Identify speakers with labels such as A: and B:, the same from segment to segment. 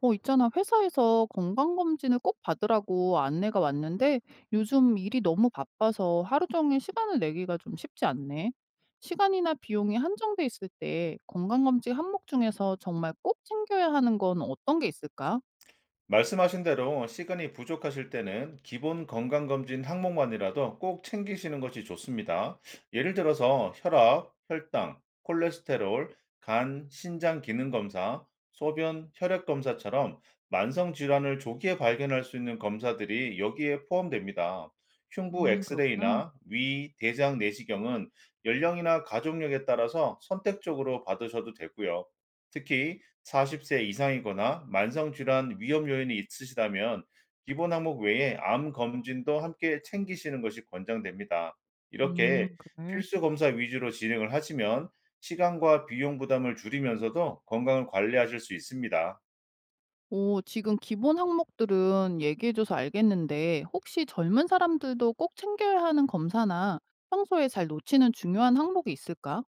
A: 있잖아. 회사에서 건강검진을 꼭 받으라고 안내가 왔는데 요즘 일이 너무 바빠서 하루 종일 시간을 내기가 좀 쉽지 않네. 시간이나 비용이 한정돼 있을 때 건강검진 항목 중에서 정말 꼭 챙겨야 하는 건 어떤 게 있을까?
B: 말씀하신 대로 시간이 부족하실 때는 기본 건강검진 항목만이라도 꼭 챙기시는 것이 좋습니다. 예를 들어서 혈압, 혈당, 콜레스테롤, 간, 신장 기능 검사, 소변, 혈액 검사처럼 만성 질환을 조기에 발견할 수 있는 검사들이 여기에 포함됩니다. 흉부
A: 그렇구나.
B: 엑스레이나 위, 대장 내시경은 연령이나 가족력에 따라서 선택적으로 받으셔도 되고요. 특히 40세 이상이거나 만성질환 위험 요인이 있으시다면 기본 항목 외에 암 검진도 함께 챙기시는 것이 권장됩니다. 이렇게
A: 그래.
B: 필수 검사 위주로 진행을 하시면 시간과 비용 부담을 줄이면서도 건강을 관리하실 수 있습니다.
A: 오, 지금 기본 항목들은 얘기해줘서 알겠는데 혹시 젊은 사람들도 꼭 챙겨야 하는 검사나 평소에 잘 놓치는 중요한 항목이 있을까?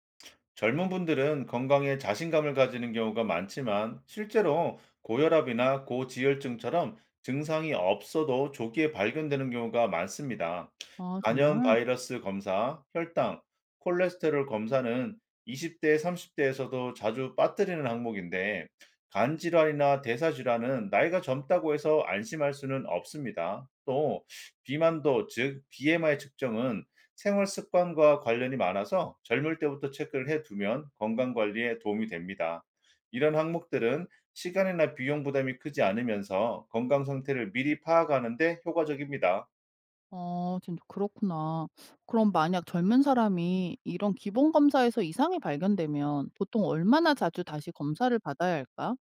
B: 젊은 분들은 건강에 자신감을 가지는 경우가 많지만 실제로 고혈압이나 고지혈증처럼 증상이 없어도 조기에 발견되는 경우가 많습니다.
A: 아,
B: 간염
A: 정말?
B: 바이러스 검사, 혈당, 콜레스테롤 검사는 20대, 30대에서도 자주 빠뜨리는 항목인데 간 질환이나 대사 질환은 나이가 젊다고 해서 안심할 수는 없습니다. 또 비만도 즉 BMI 측정은 생활 습관과 관련이 많아서 젊을 때부터 체크를 해 두면 건강 관리에 도움이 됩니다. 이런 항목들은 시간이나 비용 부담이 크지 않으면서 건강 상태를 미리 파악하는 데 효과적입니다.
A: 어, 진짜 그렇구나. 그럼 만약 젊은 사람이 이런 기본 검사에서 이상이 발견되면 보통 얼마나 자주 다시 검사를 받아야 할까?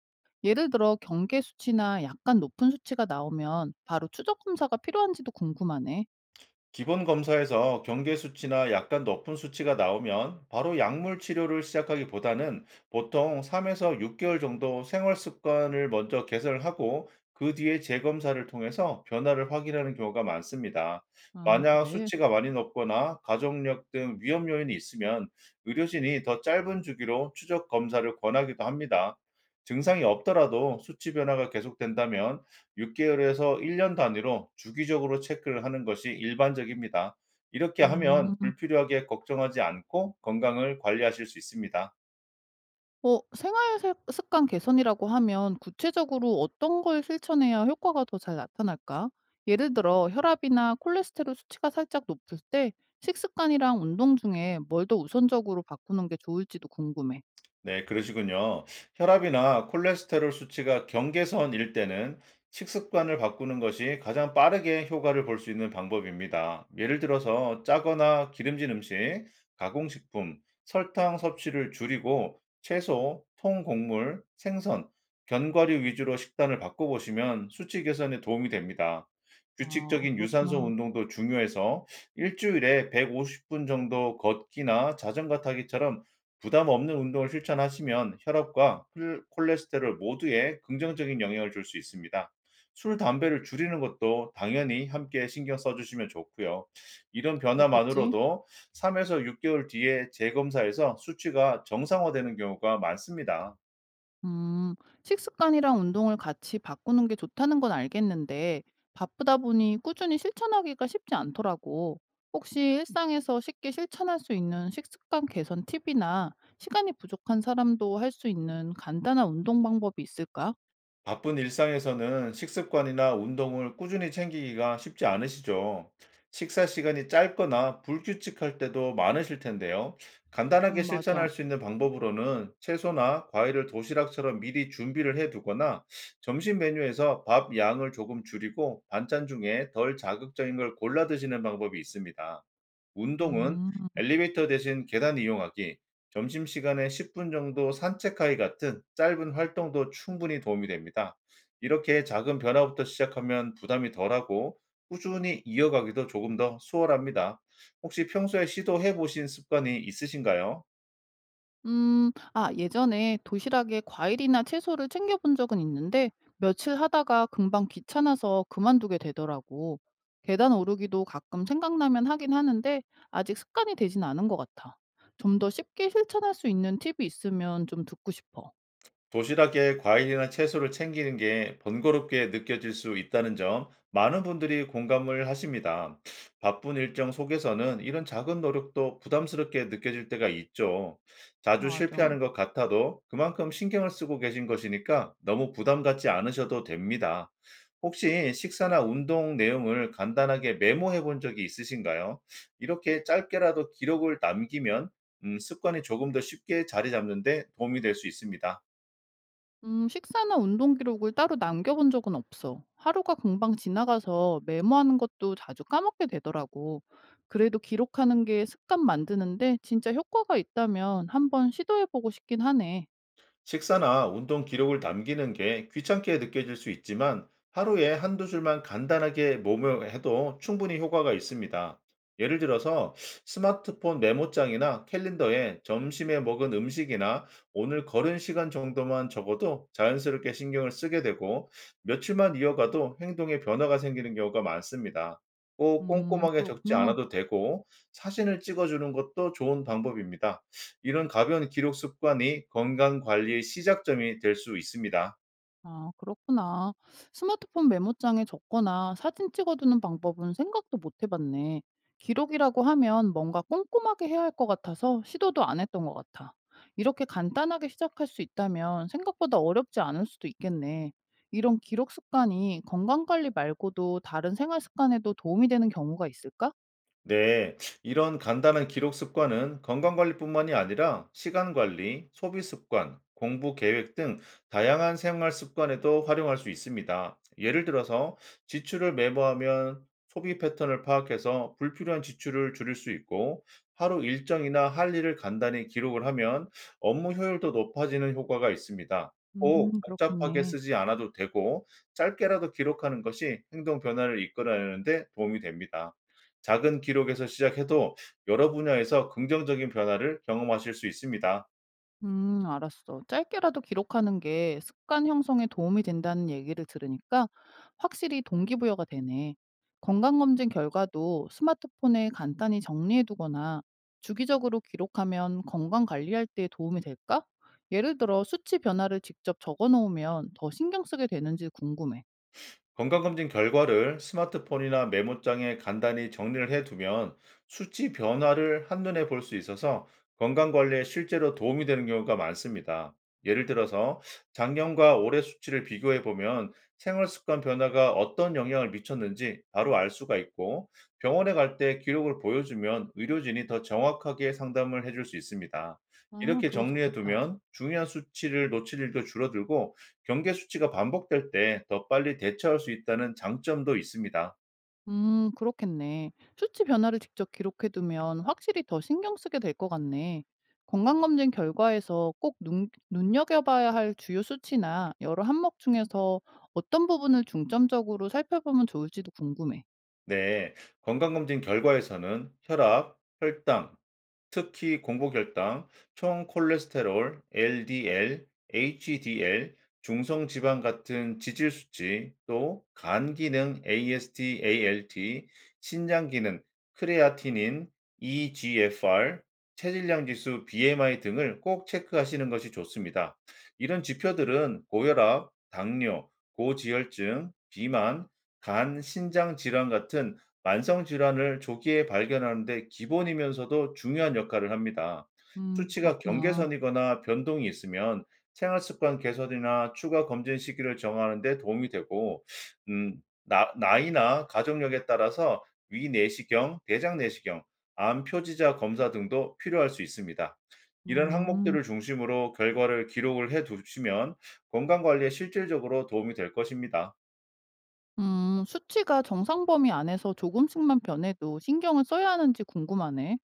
A: 예를 들어 경계 수치나 약간 높은 수치가 나오면 바로 추적 검사가 필요한지도 궁금하네.
B: 기본 검사에서 경계 수치나 약간 높은 수치가 나오면 바로 약물 치료를 시작하기보다는 보통 3에서 6개월 정도 생활 습관을 먼저 개선하고 그 뒤에 재검사를 통해서 변화를 확인하는 경우가 많습니다.
A: 아,
B: 만약
A: 그래?
B: 수치가 많이 높거나 가족력 등 위험 요인이 있으면 의료진이 더 짧은 주기로 추적 검사를 권하기도 합니다. 증상이 없더라도 수치 변화가 계속된다면 6 개월에서 1년 단위로 주기적으로 체크를 하는 것이 일반적입니다. 이렇게 하면
A: 음.
B: 불필요하게 걱정하지 않고 건강을 관리하실 수 있습니다.
A: 생활 습 습관 개선이라고 하면 구체적으로 어떤 걸 실천해야 효과가 더 잘 나타날까? 예를 들어 혈압이나 콜레스테롤 수치가 살짝 높을 때 식습관이랑 운동 중에 뭘 더 우선적으로 바꾸는 게 좋을지도 궁금해.
B: 네, 그러시군요. 혈압이나 콜레스테롤 수치가 경계선일 때는 식습관을 바꾸는 것이 가장 빠르게 효과를 볼 수 있는 방법입니다. 예를 들어서 짜거나 기름진 음식, 가공식품, 설탕 섭취를 줄이고 채소, 통곡물, 생선, 견과류 위주로 식단을 바꿔보시면 수치 개선에 도움이 됩니다.
A: 아,
B: 규칙적인 유산소
A: 그렇구나.
B: 운동도 중요해서 일주일에 150분 정도 걷기나 자전거 타기처럼 부담 없는 운동을 실천하시면 혈압과 콜레스테롤 모두에 긍정적인 영향을 줄 수 있습니다. 술, 담배를 줄이는 것도 당연히 함께 신경 써주시면 좋고요. 이런
A: 그렇겠지.
B: 변화만으로도 3에서 6개월 뒤에 재검사에서 수치가 정상화되는 경우가 많습니다.
A: 음, 식습관이랑 운동을 같이 바꾸는 게 좋다는 건 알겠는데, 바쁘다 보니 꾸준히 실천하기가 쉽지 않더라고. 혹시 일상에서 쉽게 실천할 수 있는 식습관 개선 팁이나 시간이 부족한 사람도 할 수 있는 간단한 운동 방법이 있을까?
B: 바쁜 일상에서는 식습관이나 운동을 꾸준히 챙기기가 쉽지 않으시죠. 식사 시간이 짧거나 불규칙할 때도 많으실 텐데요. 간단하게
A: 맞아.
B: 실천할 수 있는 방법으로는 채소나 과일을 도시락처럼 미리 준비를 해 두거나 점심 메뉴에서 밥 양을 조금 줄이고 반찬 중에 덜 자극적인 걸 골라 드시는 방법이 있습니다. 운동은
A: 음.
B: 엘리베이터 대신 계단 이용하기, 점심시간에 10분 정도 산책하기 같은 짧은 활동도 충분히 도움이 됩니다. 이렇게 작은 변화부터 시작하면 부담이 덜하고 꾸준히 이어가기도 조금 더 수월합니다. 혹시 평소에 시도해 보신 습관이 있으신가요?
A: 아, 예전에 도시락에 과일이나 채소를 챙겨본 적은 있는데 며칠 하다가 금방 귀찮아서 그만두게 되더라고. 계단 오르기도 가끔 생각나면 하긴 하는데 아직 습관이 되진 않은 것 같아. 좀 더 쉽게 실천할 수 있는 팁이 있으면 좀 듣고 싶어.
B: 도시락에 과일이나 채소를 챙기는 게 번거롭게 느껴질 수 있다는 점 많은 분들이 공감을 하십니다. 바쁜 일정 속에서는 이런 작은 노력도 부담스럽게 느껴질 때가 있죠. 자주
A: 맞아.
B: 실패하는 것 같아도 그만큼 신경을 쓰고 계신 것이니까 너무 부담 갖지 않으셔도 됩니다. 혹시 식사나 운동 내용을 간단하게 메모해 본 적이 있으신가요? 이렇게 짧게라도 기록을 남기면 습관이 조금 더 쉽게 자리 잡는데 도움이 될 수 있습니다.
A: 식사나 운동 기록을 따로 남겨본 적은 없어. 하루가 금방 지나가서 메모하는 것도 자주 까먹게 되더라고. 그래도 기록하는 게 습관 만드는데 진짜 효과가 있다면 한번 시도해보고 싶긴 하네.
B: 식사나 운동 기록을 남기는 게 귀찮게 느껴질 수 있지만 하루에 한두 줄만 간단하게 몸을 해도 충분히 효과가 있습니다. 예를 들어서 스마트폰 메모장이나 캘린더에 점심에 먹은 음식이나 오늘 걸은 시간 정도만 적어도 자연스럽게 신경을 쓰게 되고 며칠만 이어가도 행동에 변화가 생기는 경우가 많습니다. 꼭 꼼꼼하게 적지
A: 그렇구나.
B: 않아도 되고 사진을 찍어주는 것도 좋은 방법입니다. 이런 가벼운 기록 습관이 건강 관리의 시작점이 될 수 있습니다.
A: 아, 그렇구나. 스마트폰 메모장에 적거나 사진 찍어두는 방법은 생각도 못 해봤네. 기록이라고 하면 뭔가 꼼꼼하게 해야 할 것 같아서 시도도 안 했던 것 같아. 이렇게 간단하게 시작할 수 있다면 생각보다 어렵지 않을 수도 있겠네. 이런 기록 습관이 건강 관리 말고도 다른 생활 습관에도 도움이 되는 경우가 있을까?
B: 네, 이런 간단한 기록 습관은 건강관리뿐만이 아니라 시간관리, 소비습관, 공부 계획 등 다양한 생활 습관에도 활용할 수 있습니다. 예를 들어서 지출을 메모하면 소비 패턴을 파악해서 불필요한 지출을 줄일 수 있고 하루 일정이나 할 일을 간단히 기록을 하면 업무 효율도 높아지는 효과가 있습니다. 꼭 복잡하게
A: 그렇겠네.
B: 쓰지 않아도 되고 짧게라도 기록하는 것이 행동 변화를 이끌어내는 데 도움이 됩니다. 작은 기록에서 시작해도 여러 분야에서 긍정적인 변화를 경험하실 수 있습니다.
A: 알았어. 짧게라도 기록하는 게 습관 형성에 도움이 된다는 얘기를 들으니까 확실히 동기부여가 되네. 건강검진 결과도 스마트폰에 간단히 정리해두거나 주기적으로 기록하면 건강 관리할 때 도움이 될까? 예를 들어 수치 변화를 직접 적어 놓으면 더 신경 쓰게 되는지 궁금해.
B: 건강검진 결과를 스마트폰이나 메모장에 간단히 정리를 해두면 수치 변화를 한눈에 볼 수 있어서 건강관리에 실제로 도움이 되는 경우가 많습니다. 예를 들어서 작년과 올해 수치를 비교해 보면 생활 습관 변화가 어떤 영향을 미쳤는지 바로 알 수가 있고 병원에 갈 때 기록을 보여주면 의료진이 더 정확하게 상담을 해줄 수 있습니다.
A: 아,
B: 이렇게
A: 그거
B: 정리해
A: 좋겠다.
B: 두면 중요한 수치를 놓칠 일도 줄어들고 경계 수치가 반복될 때 더 빨리 대처할 수 있다는 장점도 있습니다.
A: 그렇겠네. 수치 변화를 직접 기록해 두면 확실히 더 신경 쓰게 될 것 같네. 건강검진 결과에서 꼭 눈여겨봐야 할 주요 수치나 여러 항목 중에서 어떤 부분을 중점적으로 살펴보면 좋을지도 궁금해.
B: 네, 건강검진 결과에서는 혈압, 혈당, 특히 공복혈당, 총 콜레스테롤, LDL, HDL, 중성 지방 같은 지질 수치, 또 간 기능 AST, ALT, 신장 기능 크레아티닌, EGFR, 체질량 지수 BMI 등을 꼭 체크하시는 것이 좋습니다. 이런 지표들은 고혈압, 당뇨, 고지혈증, 비만, 간, 신장 질환 같은 만성 질환을 조기에 발견하는 데 기본이면서도 중요한 역할을 합니다. 수치가
A: 그렇구나.
B: 경계선이거나 변동이 있으면 생활 습관 개선이나 추가 검진 시기를 정하는 데 도움이 되고 음, 나이나 가족력에 따라서 위내시경, 대장내시경, 암 표지자 검사 등도 필요할 수 있습니다. 이런
A: 음,
B: 항목들을 중심으로 결과를 기록을 해 두시면 건강 관리에 실질적으로 도움이 될 것입니다.
A: 수치가 정상 범위 안에서 조금씩만 변해도 신경을 써야 하는지 궁금하네.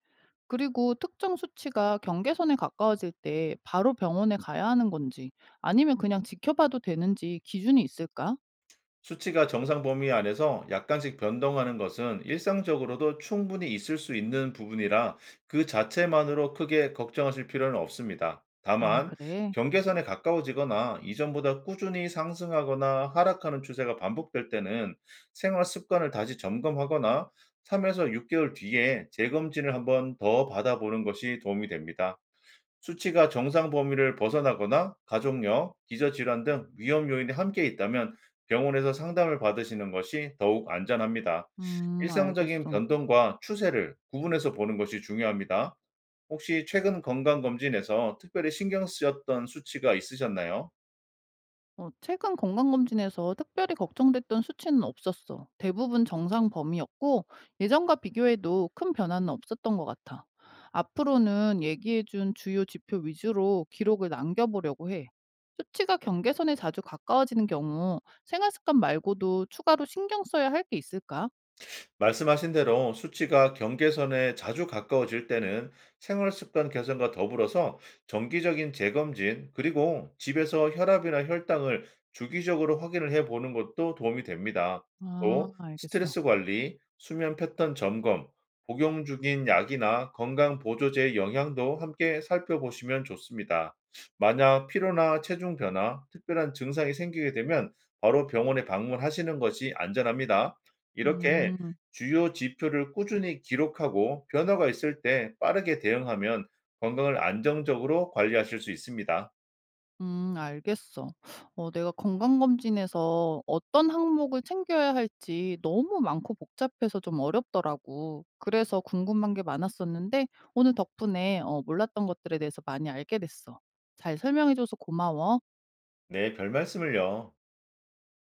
A: 그리고 특정 수치가 경계선에 가까워질 때 바로 병원에 가야 하는 건지 아니면 그냥 지켜봐도 되는지 기준이 있을까?
B: 수치가 정상 범위 안에서 약간씩 변동하는 것은 일상적으로도 충분히 있을 수 있는 부분이라 그 자체만으로 크게 걱정하실 필요는 없습니다.
A: 아,
B: 다만,
A: 그래.
B: 경계선에 가까워지거나 이전보다 꾸준히 상승하거나 하락하는 추세가 반복될 때는 생활 습관을 다시 점검하거나 3에서 6개월 뒤에 재검진을 한번 더 받아보는 것이 도움이 됩니다. 수치가 정상 범위를 벗어나거나 가족력, 기저질환 등 위험 요인이 함께 있다면 병원에서 상담을 받으시는 것이 더욱 안전합니다. 일상적인
A: 알겠어.
B: 변동과 추세를 구분해서 보는 것이 중요합니다. 혹시 최근 건강검진에서 특별히 신경 쓰였던 수치가 있으셨나요?
A: 최근 건강검진에서 특별히 걱정됐던 수치는 없었어. 대부분 정상 범위였고, 예전과 비교해도 큰 변화는 없었던 것 같아. 앞으로는 얘기해준 주요 지표 위주로 기록을 남겨보려고 해. 수치가 경계선에 자주 가까워지는 경우 생활 습관 말고도 추가로 신경 써야 할 게 있을까?
B: 말씀하신 대로 수치가 경계선에 자주 가까워질 때는 생활 습관 개선과 더불어서 정기적인 재검진, 그리고 집에서 혈압이나 혈당을 주기적으로 확인을 해 보는 것도 도움이 됩니다.
A: 아,
B: 또
A: 알겠어.
B: 스트레스 관리, 수면 패턴 점검, 복용 중인 약이나 건강 보조제의 영향도 함께 살펴보시면 좋습니다. 만약 피로나 체중 변화, 특별한 증상이 생기게 되면 바로 병원에 방문하시는 것이 안전합니다. 이렇게
A: 음.
B: 주요 지표를 꾸준히 기록하고 변화가 있을 때 빠르게 대응하면 건강을 안정적으로 관리하실 수 있습니다.
A: 알겠어. 내가 건강검진에서 어떤 항목을 챙겨야 할지 너무 많고 복잡해서 좀 어렵더라고. 그래서 궁금한 게 많았었는데 오늘 덕분에 몰랐던 것들에 대해서 많이 알게 됐어. 잘 설명해줘서 고마워.
B: 네, 별 말씀을요.